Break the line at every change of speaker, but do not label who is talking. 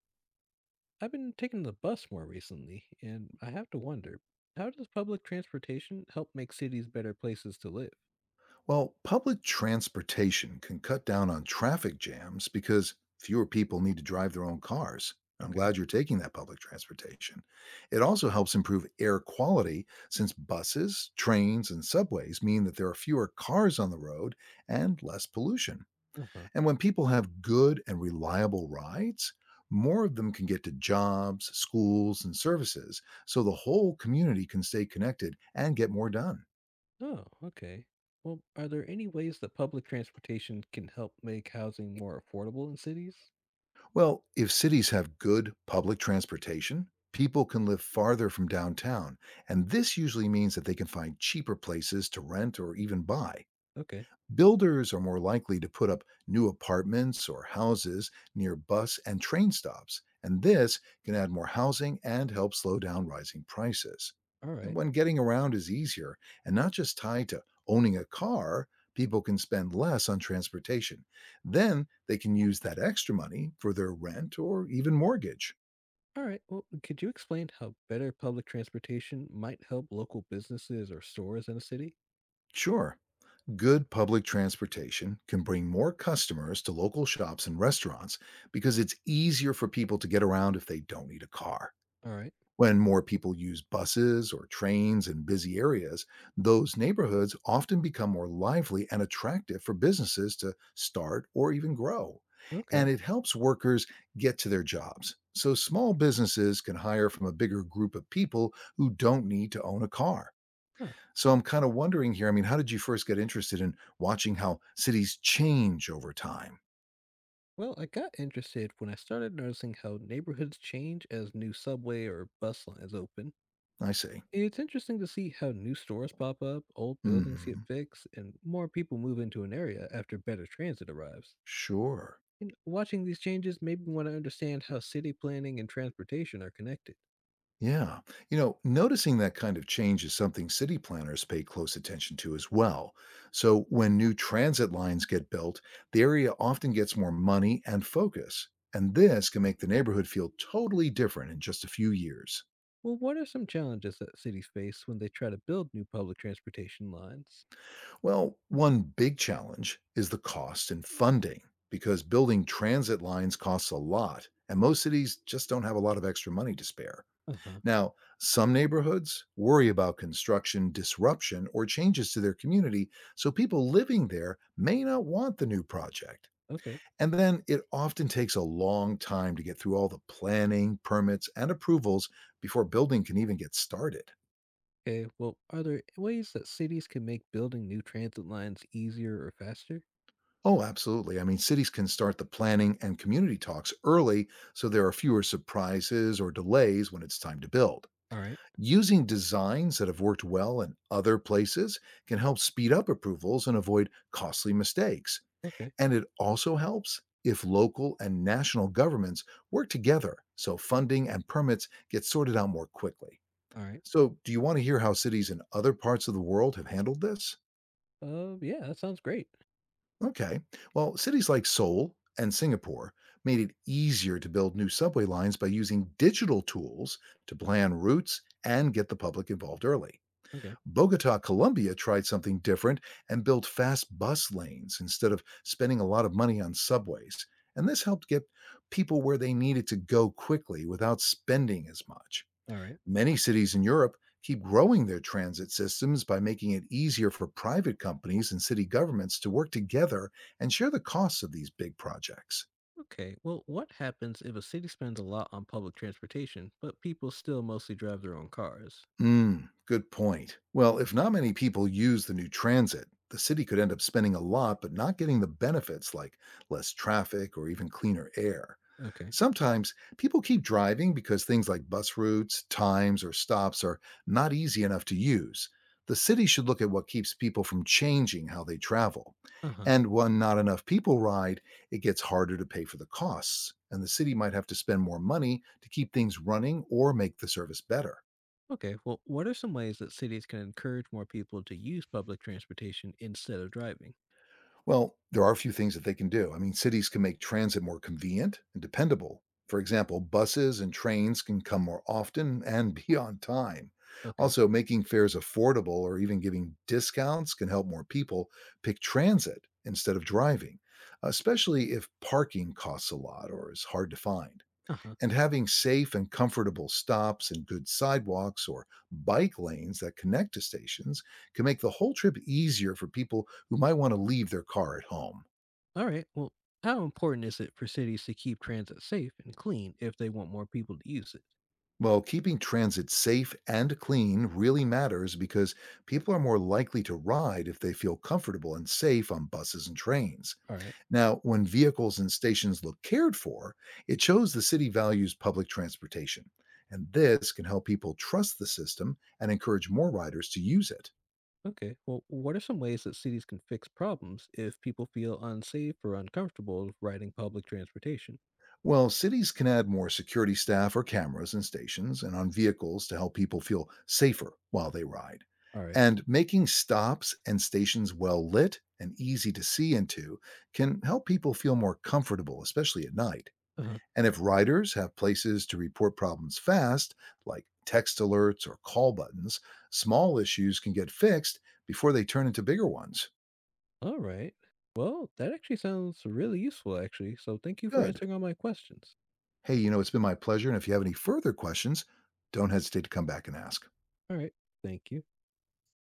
I've been taking the bus more recently, and I have to wonder, how does public transportation help make cities better places to live?
Well, public transportation can cut down on traffic jams because fewer people need to drive their own cars. I'm
Okay.
glad you're taking that public transportation. It also helps improve air quality since buses, trains, and subways mean that there are fewer cars on the road and less pollution.
Uh huh.
And when people have good and reliable rides, more of them can get to jobs, schools, and services so the whole community can stay connected and get more done.
Oh, okay. Well, are there any ways that public transportation can help make housing more affordable in cities?
Well, if cities have good public transportation, people can live farther from downtown, and this usually means that they can find cheaper places to rent or even buy.
Okay.
Builders are more likely to put up new apartments or houses near bus and train stops, and this can add more housing and help slow down rising prices.
All
And
right.
when getting around is easier and not just tied to owning a car, people can spend less on transportation. Then they can use that extra money for their rent or even mortgage.
All right. Well, could you explain how better public transportation might help local businesses or stores in a city?
Sure, good public transportation can bring more customers to local shops and restaurants because it's easier for people to get around if they don't need a car.
All right.
When more people use buses or trains in busy areas, those neighborhoods often become more lively and attractive for businesses to start or even grow.
Okay.
And it helps workers get to their jobs. So small businesses can hire from a bigger group of people who don't need to own a car.
Huh.
So I'm kind of wondering here, how did you first get interested in watching how cities change over time?
Well, I got interested when I started noticing how neighborhoods change as new subway or bus lines open.
I see.
It's interesting to see how new stores pop up, old buildings get
hmm
fixed, and more people move into an area after better transit arrives.
Sure.
And watching these changes made me want to understand how city planning and transportation are connected.
Yeah. You know, noticing that kind of change is something city planners pay close attention to as well. So when new transit lines get built, the area often gets more money and focus. And this can make the neighborhood feel totally different in just a few years.
Well, what are some challenges that cities face when they try to build new public transportation lines?
Well, one big challenge is the cost and funding because building transit lines costs a lot, and most cities just don't have a lot of extra money to spare.
Uh huh.
Now, some neighborhoods worry about construction disruption or changes to their community, so people living there may not want the new project.
Okay.
And then it often takes a long time to get through all the planning, permits, and approvals before building can even get started.
Okay. Well, are there ways that cities can make building new transit lines easier or faster?
Oh, absolutely. Cities can start the planning and community talks early so there are fewer surprises or delays when it's time to build.
All right.
Using designs that have worked well in other places can help speed up approvals and avoid costly mistakes.
Okay.
And it also helps if local and national governments work together so funding and permits get sorted out more quickly.
All right.
So, do you want to hear how cities in other parts of the world have handled this?
Yeah, that sounds great.
Okay. Well, cities like Seoul and Singapore made it easier to build new subway lines by using digital tools to plan routes and get the public involved early.
Okay.
Bogota, Colombia tried something different and built fast bus lanes instead of spending a lot of money on subways. And this helped get people where they needed to go quickly without spending as much.
All right.
Many cities in Europe keep growing their transit systems by making it easier for private companies and city governments to work together and share the costs of these big projects.
Okay, well, what happens if a city spends a lot on public transportation, but people still mostly drive their own cars?
Mm, good point. Well, if not many people use the new transit, the city could end up spending a lot but not getting the benefits like less traffic or even cleaner air.
Okay.
Sometimes people keep driving because things like bus routes, times, or stops are not easy enough to use. The city should look at what keeps people from changing how they travel.
Uh huh.
And when not enough people ride, it gets harder to pay for the costs, and the city might have to spend more money to keep things running or make the service better.
Okay, well, what are some ways that cities can encourage more people to use public transportation instead of driving?
Well, there are a few things that they can do. Cities can make transit more convenient and dependable. For example, buses and trains can come more often and be on time.
Okay.
Also, making fares affordable or even giving discounts can help more people pick transit instead of driving, especially if parking costs a lot or is hard to find
Uh huh.
and having safe and comfortable stops and good sidewalks or bike lanes that connect to stations can make the whole trip easier for people who might want to leave their car at home.
All right, well, how important is it for cities to keep transit safe and clean if they want more people to use it?
Well, keeping transit safe and clean really matters because people are more likely to ride if they feel comfortable and safe on buses and trains.
All right.
Now, when vehicles and stations look cared for, it shows the city values public transportation. And this can help people trust the system and encourage more riders to use it.
Okay, well, what are some ways that cities can fix problems if people feel unsafe or uncomfortable riding public transportation?
Well, cities can add more security staff or cameras in stations and on vehicles to help people feel safer while they ride.
All right.
And making stops and stations well lit and easy to see into can help people feel more comfortable, especially at night.
Uh huh.
And if riders have places to report problems fast, like text alerts or call buttons, small issues can get fixed before they turn into bigger ones.
All right. Well, that actually sounds really useful, actually. So thank you for
Good.
answering all my questions.
Hey, it's been my pleasure. And if you have any further questions, don't hesitate to come back and ask.
All right. Thank you.